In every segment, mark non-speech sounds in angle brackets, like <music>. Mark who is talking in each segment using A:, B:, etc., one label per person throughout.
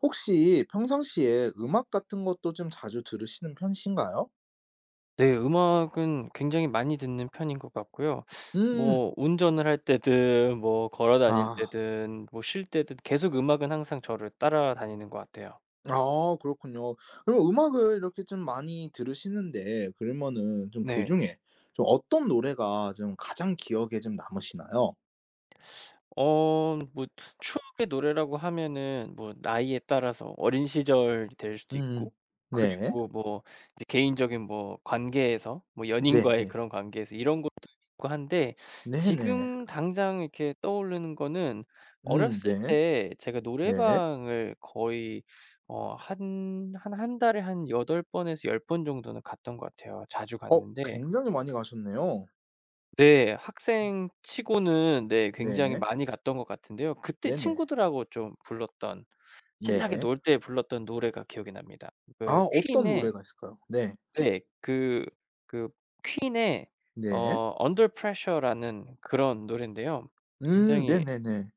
A: 혹시 평상시에 음악 같은 것도 좀 자주 들으시는 편이신가요?
B: 네. 음악은 굉장히 많이 듣는 편인 것 같고요.
A: 음.
B: 뭐 운전을 할 때든 뭐 걸어 다닐
A: 아.
B: 때든 뭐 쉴 때든 계속 음악은 항상 저를 따라다니는 것 같아요.
A: 아 그렇군요. 그럼 음악을 이렇게 좀 많이 들으시는데 그러면은 좀
B: 네.
A: 그중에 좀 어떤 노래가 좀 가장 기억에 좀 남으시나요?
B: 뭐 추억의 노래라고 하면은 뭐 나이에 따라서 어린 시절이 될 수도
A: 음음.
B: 있고
A: 네.
B: 뭐 이제 개인적인 뭐 관계에서 뭐
A: 네
B: 연인과의
A: 네.
B: 그런 관계에서 이런 것도 있고 한데,
A: 네네.
B: 지금 당장 이렇게 떠오르는 거는 어렸을
A: 네.
B: 때 제가
A: 네.
B: 노래방을 거의 한 달에 한 8 번에서 10번 정도는 갔던 것 같아요. 자주
A: 어
B: 갔는데
A: 굉장히 많이 가셨네요.
B: 네 학생 치고는 네 굉장히
A: 네.
B: 많이 갔던 것 같은데요. 그때
A: 네네.
B: 친구들하고 좀 불렀던,
A: 네.
B: 신나게
A: 네.
B: 놀 때 불렀던 노래가 기억이 납니다.
A: 아
B: 그
A: 어떤
B: 퀸의.
A: 노래가 있을까요? 네.
B: 네. 그 퀸의
A: 네.
B: Under Pressure라는 그런 노랜데요.
A: 네
B: 굉장히
A: 네네.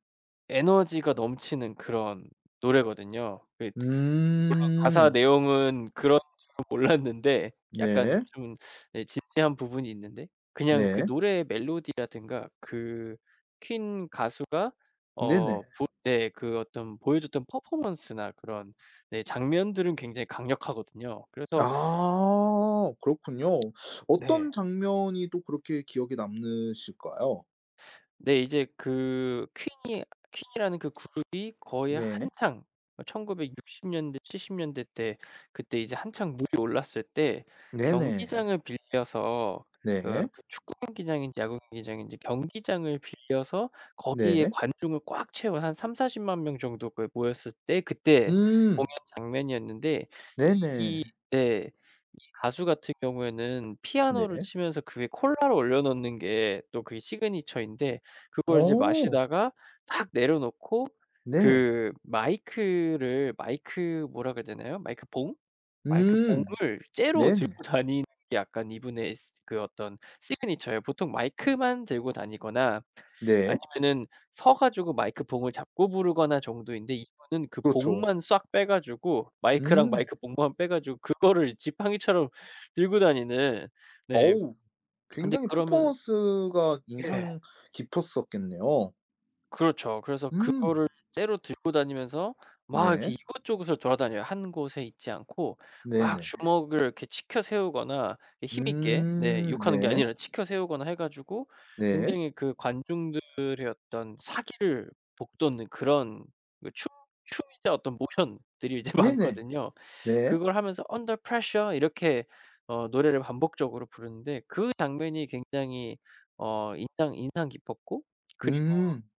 B: 에너지가 넘치는 그런 노래거든요. 그 물론 가사
A: 음.
B: 내용은 그런 줄은 몰랐는데 약간
A: 네.
B: 좀, 예, 진지한 부분이 있는데 그냥 그
A: 네.
B: 노래의 멜로디라든가 그 퀸 가수가
A: 네네.
B: 어 보 네 그 어떤 보여줬던 퍼포먼스나 그런 네 장면들은 굉장히 강력하거든요. 그래서
A: 아 그렇군요.
B: 네.
A: 어떤 장면이 또 그렇게 기억에 남으실까요?
B: 네 이제 그 퀸이라는 그 그룹이 거의
A: 네.
B: 한창 1960 년대 70 년대 때, 그때 이제 한창 물이 올랐을 때
A: 네네.
B: 경기장을 빌려서, 그
A: 네.
B: 그 축구 경기장인지 야구 경기장인지 경기장을 빌려서 거기에
A: 네.
B: 관중을 꽉 채운 한3 4 0만명 정도 그 모였을 때 그때 공연
A: 음.
B: 장면이었는데, 이
A: 네네.
B: 네. 가수 같은 경우에는
A: 네.
B: 피아노를 치면서 그 위에 콜라를 올려 놓는 게 또 그게 시그니처인데 그걸 이제
A: 어
B: 마시다가 탁 내려놓고,
A: 네.
B: 그 마이크를 마이크 뭐라 그래야 되나요? 마이크봉? 아예 그
A: 음.
B: 봉을 째로
A: 네네.
B: 들고 다니는 게 약간 이분의 스 그 어떤 시그니처예요. 보통 마이크만 들고 다니거나
A: 네.
B: 아니면은 서 가지고 마이크 봉을 잡고 부르거나 정도인데 이분은 그
A: 그렇죠.
B: 봉만 싹 빼 가지고 마이크랑
A: 음.
B: 마이크 봉만 빼 가지고 그거를 지팡이처럼 들고 다니는. 네.
A: 어우
B: 근데
A: 굉장히
B: 그러면,
A: 퍼포먼스가
B: 예.
A: 인상 깊었었겠네요.
B: 그렇죠. 그래서 그
A: 음.
B: 째로 들고 다니면서 막
A: 네.
B: 이렇게 이곳저곳을 돌아다녀요. 한 곳에 있지 않고 막
A: 네네.
B: 주먹을 이렇게 치켜 세우거나 이 힘있게, 네,
A: 음.
B: 욕하는 게
A: 네.
B: 아니라 치켜 세우거나 해 가지고
A: 네.
B: 굉장히 그 관중들의 어떤 사기를 북돋는 그런, 그 춤 춤이자 어떤 모션들이 이제 <laughs>
A: 네네.
B: 많거든요.
A: 네.
B: 그걸 하면서 Under Pressure 이렇게 노래를 반복적으로 부르는데 그 장면이 굉장히 인상 깊었고, 그
A: 음.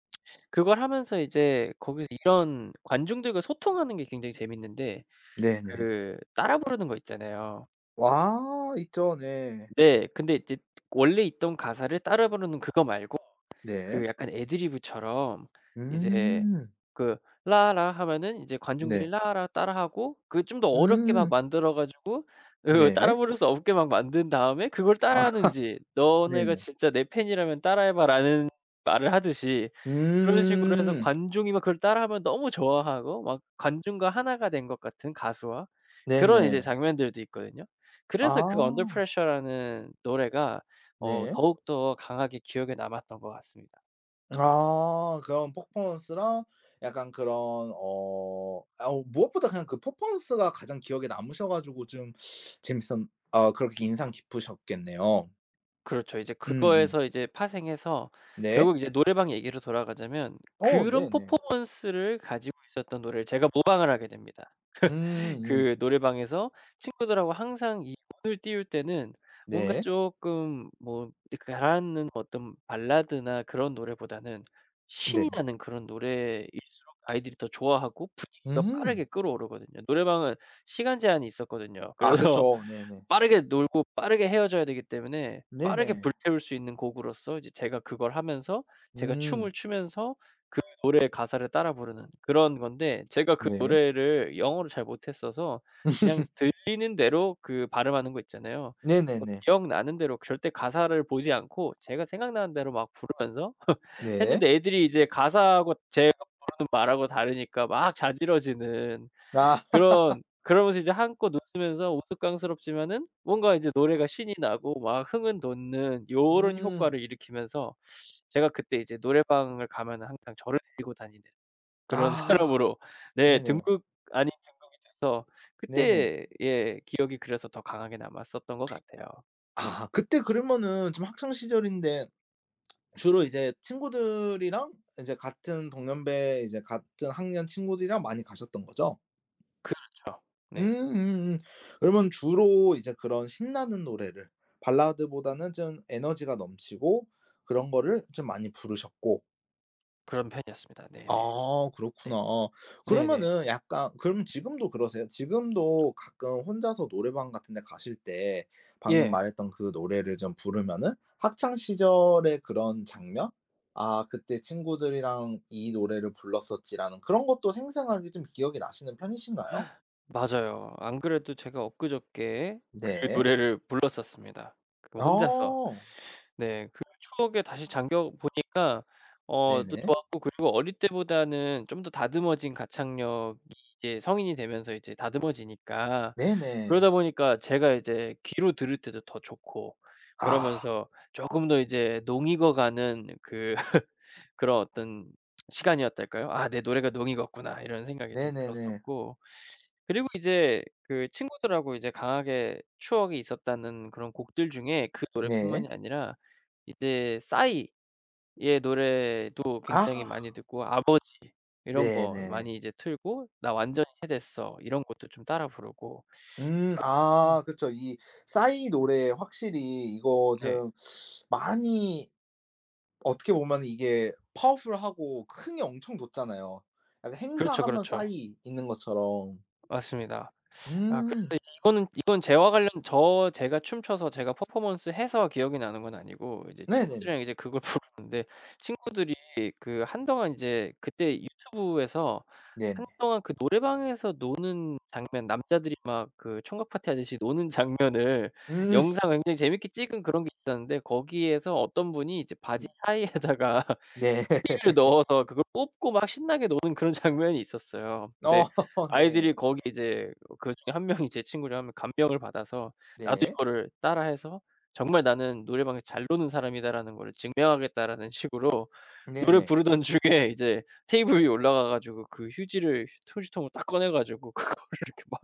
B: 그걸 하면서 이제 거기서 이런 관중들과 소통하는 게 굉장히 재밌는데,
A: 네네.
B: 그 따라 부르는 거 있잖아요.
A: 아 있죠. 네.
B: 네. 근데 이제 원래 있던 가사를 따라 부르는 그거 말고
A: 네.
B: 그 약간 애드리브처럼 이제
A: 음.
B: 그 "라라." 하면은 이제
A: 네.
B: 관중들이 "라라." 따라하고 그 좀 더 어렵게 막
A: 음.
B: 만들어 가지고 으
A: 네.
B: 따라 부를 수 없게 막 만든 다음에 그걸
A: 아 <laughs>
B: 따라하는지 "너네가
A: 네네.
B: 진짜 내 팬이라면 따라해 봐."라는 말을 하듯이 그런 식으로 해서
A: 음.
B: 관중이 막 그걸 따라하면 너무 좋아하고 막 관중과 하나가 된 것 같은 가수와 그런 이제
A: 네네.
B: 장면들도 있거든요.
A: 아.
B: 그래서 그 언더프레셔라는 노래가
A: 네.
B: 더욱더 강하게 기억에 남았던 것 같습니다.
A: 아 그런 퍼포먼스랑 약간 그런 어 아우 무엇보다 그냥 그 퍼포먼스가 가장 기억에 남으셔 가지고 좀 재밌었 아 그렇게 인상 깊으셨겠네요.
B: 그렇죠. 이제
A: 음음.
B: 그거에서 이제 파생해서
A: 네.
B: 결국 이제 노래방 얘기로 돌아가자면
A: 어
B: 그런
A: 네네.
B: 퍼포먼스를 가지고 있었던 노래를 제가 모방을 하게 됩니다.
A: 음음.
B: 그 노래방에서 친구들하고 항상 이 운을 띄울 때는 뭔가
A: 네.
B: 쪼끔 뭐 이 가라앉는 어떤 발라드나 그런 노래보다는 신이
A: 네네.
B: 나는 그런 노래일수록 아이들이 더 좋아하고 분위기가
A: 음.
B: 빠르게 끌어오르거든요. 노래방은 시간 제한이 있었거든요.
A: 아
B: 그래서
A: 그쵸. 네네.
B: 빠르게 놀고 빠르게 헤어져야 되기 때문에 빠르게
A: 네네.
B: 불태울 수 있는 곡으로서 이제 제가 그걸 하면서 제가 춤을
A: 음.
B: 추면서 노래의 가사를 따라 부르는 그런 건데 제가 그
A: 네.
B: 노래를 영어를 잘 못했어서 그냥
A: <laughs>
B: 들리는 대로 그 발음하는 거 있잖아요. 뭐
A: 네네네.
B: 기억나는 대로 절대 가사를 보지 않고 제가 생각나는 대로 막 부르면서
A: 네.
B: 했는데 애들이 이제 가사하고 제 말하고 다르니까 막 자지러지는,
A: 아.
B: 그런, 그러면서 이제 한껏 웃으면서 우스꽝스럽지만은 뭔가 이제 노래가 신이 나고 막 흥은 돋는 요런
A: 음.
B: 효과를 일으키면서 제가 그때 이제 노래방을 가면은 항상 저를 데리고 다니는 그런 <laughs>
A: 아.
B: 사람으로 네
A: 네네.
B: 등극 아닌 돼서
A: 네네.
B: 그때, 예, 기억이 그래서 더 강하게 남았었던 것 같아요.
A: 아 그때 그러면은 좀 학창 시절인데 주로 이제 친구들이랑 이제 같은 동년배 이제 같은 학년 친구들이랑 많이 가셨던 거죠?
B: 그쵸. 네.
A: 음음음. 그러면 주로 이제 그런 신나는 노래를 발라드보다는 좀 에너지가 넘치고 그런 거를 좀 많이 부르셨고
B: 그런 편이었습니다. 네네.
A: 아 그렇구나.
B: 네.
A: 어,
B: 네네.
A: 그러면은 약간 그럼 지금도 그러세요? 지금도 가끔 혼자서 노래방 같은 데 가실 때 방금
B: 예.
A: 말했던 그 노래를 좀 부르면은 학창 시절의 그런 장면? '아 그때 친구들이랑 이 노래를 불렀었지.'라는 그런 것도 생생하게 좀 기억이 나시는 편이신가요?
B: 맞아요. 안 그래도 제가 엊그저께 그
A: 네.
B: 노래를 불렀었습니다. 그 혼자서.
A: 어.
B: 네. 그 추억에 다시 잠겨 보니 또
A: 네네.
B: 좋았고, 그리고 어릴 때보다는 좀 더 다듬어진 가창력이 이제 성인이 되면서 이제 다듬어지니까,
A: 네네.
B: 그러다 보니까 제가 이제 귀로 들을 때도 더 좋고
A: 아.
B: 그러면서 조금 더 이제 농익어 가는 그 <laughs> 그런 어떤 시간이었달까요? '아 내 노래가 농익었구나.' 이런 생각이 좀
A: 네네네.
B: 들었었고, 그리고 이제 그 친구들하고 이제 강하게 추억이 있었다는 그런 곡들 중에 그 노래뿐만이
A: 네.
B: 아니라 이제 싸이, 얘 노래도
A: 아.
B: 굉장히 많이 듣고, 아버지 이런 거
A: 네네.
B: 많이 이제 틀고 "나 완전히 새 됐어." 이런 것도 좀 따라 부르고. 음.
A: 아 그쵸. 이 싸이 노래 확실히 이거
B: 네.
A: 좀 많이 어떻게 보면은 이게 파워풀하고 흥이 엄청 돋잖아요. 약간
B: 그렇죠,
A: 행사하면
B: 그렇죠.
A: 싸이 있는 것처럼.
B: 맞습니다. 아
A: 음
B: 그런데 이 이거는 이건 제와 관련 저 제가 춤춰서 제가 퍼포먼스해서 기억이 나는 건 아니고 이제
A: 네네네.
B: 친구들이랑 이제 그걸 <laughs> 부르는데 친구들이 그 한동안 이제 그때 유튜브에서
A: 네네.
B: 한동안 그 노래방에서 노는 장면, 남자들이 막 그 총각 파티 하듯이 노는 장면을
A: 음
B: <laughs> 영상 굉장히 재밌게 찍은 그런 게 있었는데, 거기에서 어떤 분이 이제 바지
A: <laughs>
B: 사이에다가 <laughs>
A: 네.
B: 피를 넣어서 그걸 뽑고 막 신나게 노는 그런 장면이 있었어요. 근데
A: 어
B: 아이들이
A: 네.
B: 거기 이제, 그중에 한 명이 제 친구 라 하면, 감명을 받아서 나도
A: 네.
B: 이거를 따라해서 '정말 나는 노래방에서 잘 노는 사람이다.'라는 거를 증명하겠다라는 식으로 노래
A: 네네.
B: 부르던 중에 이제 테이블 위에 올라가 가지고 그 휴지를 휴지통을 딱 꺼내 가지고 <laughs> 그거를 이렇게 막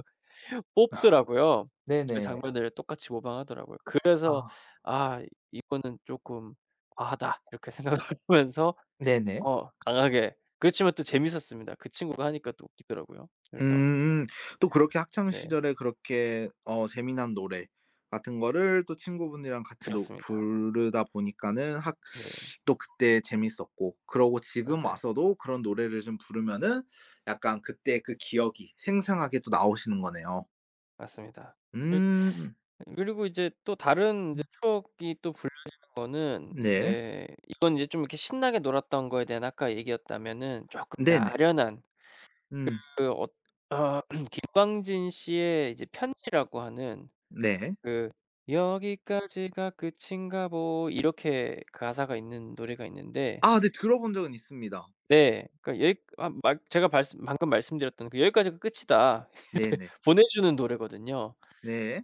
B: 뽑더라고요. 그
A: 네네.
B: 장면을 똑같이 모방하더라고요. 그래서
A: 아
B: '아 이거는 쪼끔 과하다.' 이렇게 생각을 <laughs> 하면서
A: 네네.
B: 강하게, 그렇지만 또 재밌었습니다. 그 친구가 하니까 또 웃기더라고요. 그래서
A: 음. 또 그렇게 학창
B: 네
A: 시절에 그렇게 어 재미난 노래 같은 거를 또 친구분들이랑 같이 노
B: 그렇습니다.
A: 부르다 보니까는 학
B: 네
A: 또 그때 재밌었고 그러고 지금
B: 맞아요.
A: 와서도 그런 노래를 좀 부르면은 약간 그때 그 기억이 생생하게 또 나오시는 거네요.
B: 맞습니다. 일
A: 음.
B: 그리고 이제 또 다른 이제
A: 음.
B: 추억이 또 불려지는 거는
A: 네.
B: 이제 이건 이제 좀 이렇게 신나게 놀았던 거에 대한 아까 얘기였다면은 조금 이제
A: 네네.
B: 아련한
A: 음.
B: 어 <clears throat> 김광진 씨의 이제 편지라고 하는
A: 네.
B: 그 "여기까지가 끝인가 보이." 이렇게 그 가사가 있는 노래가 있는데,
A: 아 네 들어본 적은 있습니다.
B: 네 그러니까 여기 아 말 제가 말씀 방금 말씀드렸던 그 "여기까지가 끝이다." <laughs> 이제
A: 네네.
B: 보내주는 노래거든요.
A: 네.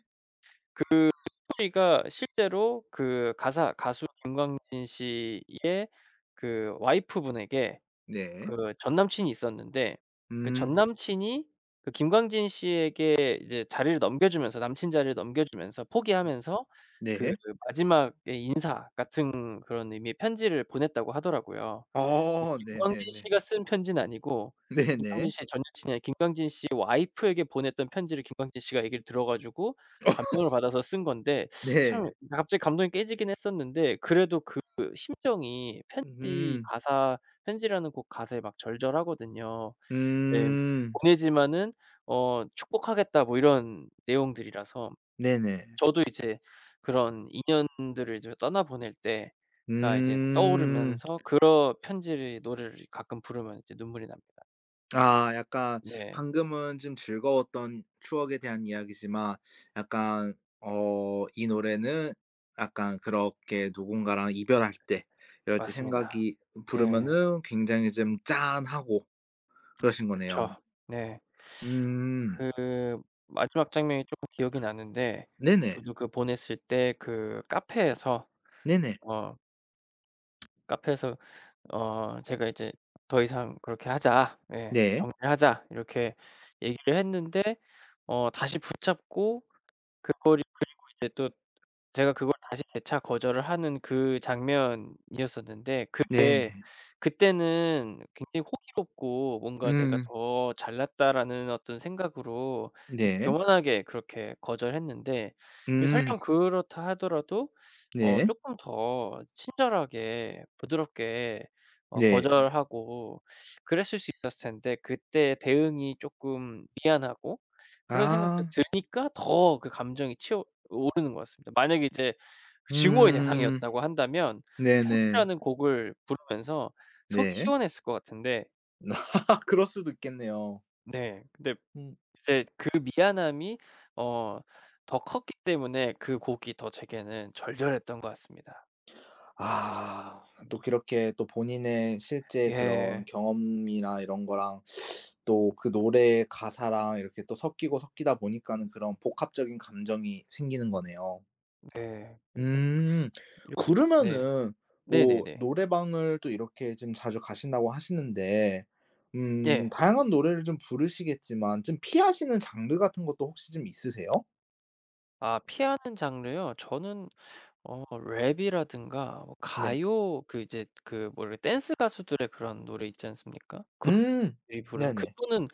B: 씨가 실제로 그 가사 가수 김광진 씨의 그 와이프분에게,
A: 네.
B: 그 전 남친이 있었는데 그 전
A: 음.
B: 남친이 그 김광진 씨에게 이제 자리를 넘겨주면서 남친 자리를 넘겨주면서 포기하면서 그
A: 네.
B: 마지막에 인사 같은 그런 의미의 편지를 보냈다고 하더라고요. 그
A: 어
B: 김광진
A: 네네네.
B: 씨가 쓴 편지는 아니고 김광진
A: 네네.
B: 씨의 전 여친이 아니라 김광진 씨의 와이프에게 보냈던 편지를 김광진 씨가 얘기를 들어 가지고
A: 어
B: 감명을 받아서 쓴 건데, 참
A: 네.
B: 갑자기 감동이 깨지긴 했었는데 그래도 그 심정이
A: 음.
B: 편지라는 곡 가사에 막 절절하거든요. 네.
A: 음.
B: 보내지만은 "축복하겠다." 뭐 이런 내용들이라서
A: 네네.
B: 저도 이제 그런 인연들을 이제 떠나보낼 때가 이제
A: 음.
B: 떠오르면서 그런 편지를 노래를 가끔 부르면 이제 눈물이 납니다.
A: 아 약간
B: 네.
A: 방금은 좀 즐거웠던 추억에 대한 이야기지만 약간 어 이 노래는 약간 그렇게 누군가랑 이별할 때 이럴 때
B: 맞습니다.
A: 생각이
B: 예.
A: 부르면은 굉장히 좀 짠하고 그러신
B: 그쵸.
A: 거네요.
B: 네.
A: 음.
B: 그 마지막 장면이 쪼끔 기억이 나는데,
A: 네네.
B: 저도 그 보냈을 때 그 카페에서
A: 네네.
B: 어 카페에서 제가 이제 "더 이상 그렇게 하자. 예.
A: 네.
B: 정리하자." 이렇게 얘기를 했는데 다시 붙잡고 제가 재차 거절을 하는 그 장면이었었는데, 그게
A: 네네.
B: 그때는 굉장히 호기롭고 뭔가 '내가
A: 음.
B: 더 잘났다.'라는 어떤 생각으로 이제
A: 네.
B: 교만하게 그렇게 거절했는데, 이
A: 음.
B: 설령 그렇다 하더라도
A: 네.
B: 쪼끔 더 친절하게 부드럽게
A: 네.
B: 거절하고 그랬을 수 있었을 텐데, 그때 대응이 쪼끔 미안하고 그런 생각도
A: 아.
B: 드니까 더 그 감정이 치어 오르는 것 같습니다. 만약에 이제 증오의
A: 음.
B: 대상이었다고 한다면
A: 네네.
B: 편지라는 곡을 부르면서 속이
A: 네.
B: 시원했을 것 같은데,
A: <laughs> 그럴 수도 있겠네요.
B: 네 근데
A: 음.
B: 이제 그 미안함이 어 더 컸기 때문에 그 곡이 더 제게는 절절했던 것 같습니다.
A: 아 또 그렇게 또 본인의 실제 그런
B: 예.
A: 경험이나 이런 거랑 또 그 노래 가사랑 이렇게 또 섞이고 섞이다 보니까는 그런 복합적인 감정이 생기는 거네요.
B: 네. 그래서
A: 음.
B: 이렇게. 네.
A: 그러면은 뭐
B: 네네네.
A: 노래방을 또 이렇게 지금 자주 가신다고 하시는데
B: 예.
A: 다양한 노래를 좀 부르시겠지만 좀 피하시는 장르 같은 것도 혹시 좀 있으세요?
B: 아 피하는 장르요? 저는 랩이라든가 뭐
A: 네.
B: 가요 그 이제 그 뭐래 댄스 가수들의 그런 노래 있지 않습니까?
A: 음.
B: 들이 부는
A: 네네.
B: 그거는,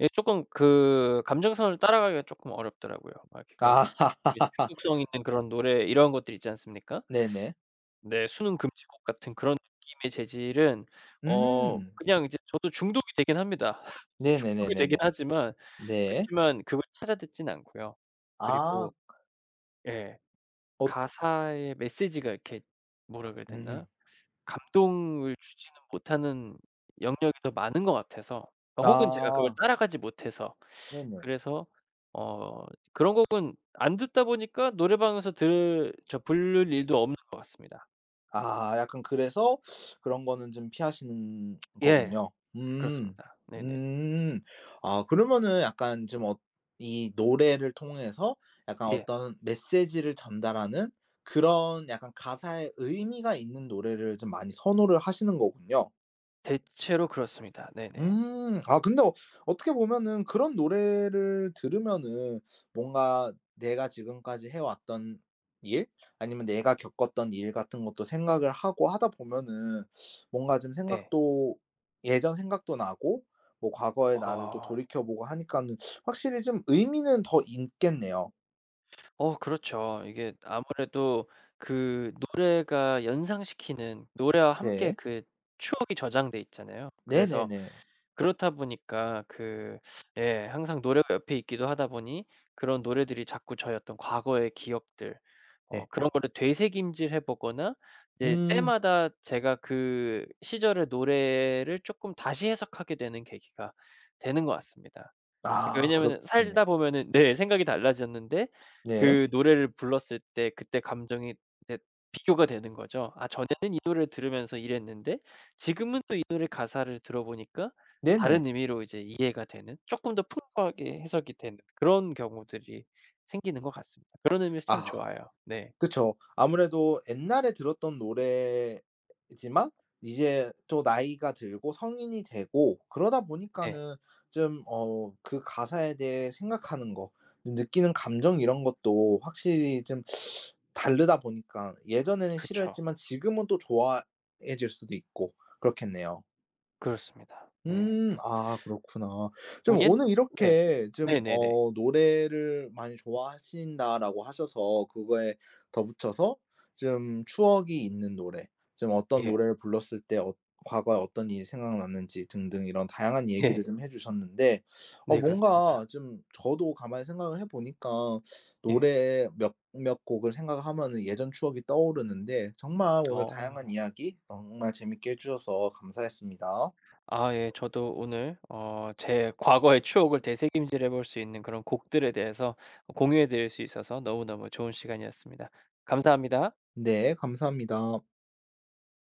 B: 예 쪼끔 그 감정선을 따라가기가 쪼끔 어렵더라고요. 막 이렇게 그냥
A: 아.
B: 이게
A: <laughs>
B: 중독성 있는 그런 노래 이런 것들 있지 않습니까?
A: 네네.
B: 네. 수능 금지곡 같은 그런 느낌의 재질은
A: 음.
B: 그냥 이제 저도 중독이 되긴 합니다. <laughs> 중독이 되긴
A: 네네네네네.
B: 하지만
A: 네.
B: 그치만 그걸 찾아 듣진 않고요.
A: 아.
B: 그리고, 예.
A: 어.
B: 가사의 메시지가 이렇게 뭐라 그래야 되나?
A: 음.
B: 감동을 주지 못하는 영역이 더 많은 것 같아서, 아 혹은 제가 그걸
A: 아.
B: 따라가지 못해서,
A: 네네.
B: 그래서 어 그런 곡은 안 듣다 보니까 노래방에서 들 저 부를 일도 없는 것 같습니다.
A: 아 약간 그래서 그런 거는 좀 피하시는
B: 예.
A: 거군요. 음.
B: 그렇습니다. 네네.
A: 음. 아 그러면은 약간 좀 어 이 노래를 통해서 약간
B: 예.
A: 어떤 메시지를 전달하는 그런 약간 가사에 의미가 있는 노래를 좀 많이 선호를 하시는 거군요.
B: 대체로 그렇습니다. 네네.
A: 음. 아 근데 어 어떻게 보면은 그런 노래를 들으면은 뭔가 내가 지금까지 해 왔던 일 아니면 내가 겪었던 일 같은 것도 생각을 하고 하다 보면은 뭔가 좀
B: 네.
A: 생각도 예전 생각도 나고 뭐 과거의 나를 또
B: 어.
A: 돌이켜 보고 하니까는 확실히 좀 의미는 더 있겠네요.
B: 어 그렇죠. 이게 아무래도 그 노래가 연상시키는 노래와 함께
A: 네.
B: 그 추억이 저장돼 있잖아요. 그래서
A: 네네네.
B: 그렇다 보니까 그, 예 항상 노래가 옆에 있기도 하다 보니 그런 노래들이 자꾸 저의 어떤 과거의 기억들
A: 네.
B: 그런 거를 되새김질해 보거나 이제
A: 음.
B: 때마다 제가 그 시절의 노래를 쪼끔 다시 해석하게 되는 계기가 되는 것 같습니다. 그러니까
A: 아
B: 왜냐면은
A: 그렇겠네요.
B: 살다 보면은 네 생각이 달라졌는데
A: 네.
B: 그 노래를 불렀을 때 그때 감정이 이제 비교가 되는 거죠. '아 전에는 이 노래를 들으면서 이랬는데 지금은 또 이 노래 가사를 들어보니까 다른
A: 네네.
B: 의미로 이제 이해가 되는, 쪼끔 더 풍부하게 해석이 되는 그런 경우들이 생기는 것 같습니다. 그런 의미에서 참
A: 아.
B: 좋아요. 네.
A: 그쵸. 아무래도 옛날에 들었던 노래지만 이제 또 나이가 들고 성인이 되고 그러다
B: 네.
A: 보니까는 좀 어 그 가사에 대해 생각하는 거 느끼는 감정 이런 것도 확실히 좀 다르다 보니까 예전에는
B: 그쵸.
A: 싫어했지만 지금은 또 좋아해질 수도 있고 그렇겠네요.
B: 그렇습니다. 네.
A: 음.
B: 그래서,
A: 아 그렇구나.
B: 뭐
A: 좀
B: 옛.
A: 오늘
B: 네.
A: 이렇게 좀
B: 네네네.
A: 어 노래를 많이 좋아하신다라고 하셔서 그거에 덧붙여서 좀 추억이 있는 노래, 좀 어떤
B: 예.
A: 노래를 불렀을 때 어 과거에 어떤 일이 생각났는지 등등 이런 다양한 얘기를
B: 예.
A: 좀 해 주셨는데 어
B: 네 그렇습니다.
A: 뭔가 좀 저도 가만히 생각을 해 보니까
B: 예.
A: 노래 몇몇 곡을 생각하면 예전 추억이 떠오르는데 정말 오늘 다양한
B: 어.
A: 이야기 정말 재밌게 해 주셔서 감사했습니다.
B: 아 예. 저도 오늘 제 과거의 추억을 되새김질해 볼 수 있는 그런 곡들에 대해서 공유해 드릴 수 있어서 너무너무 좋은 시간이었습니다. 감사합니다.
A: 네, 감사합니다.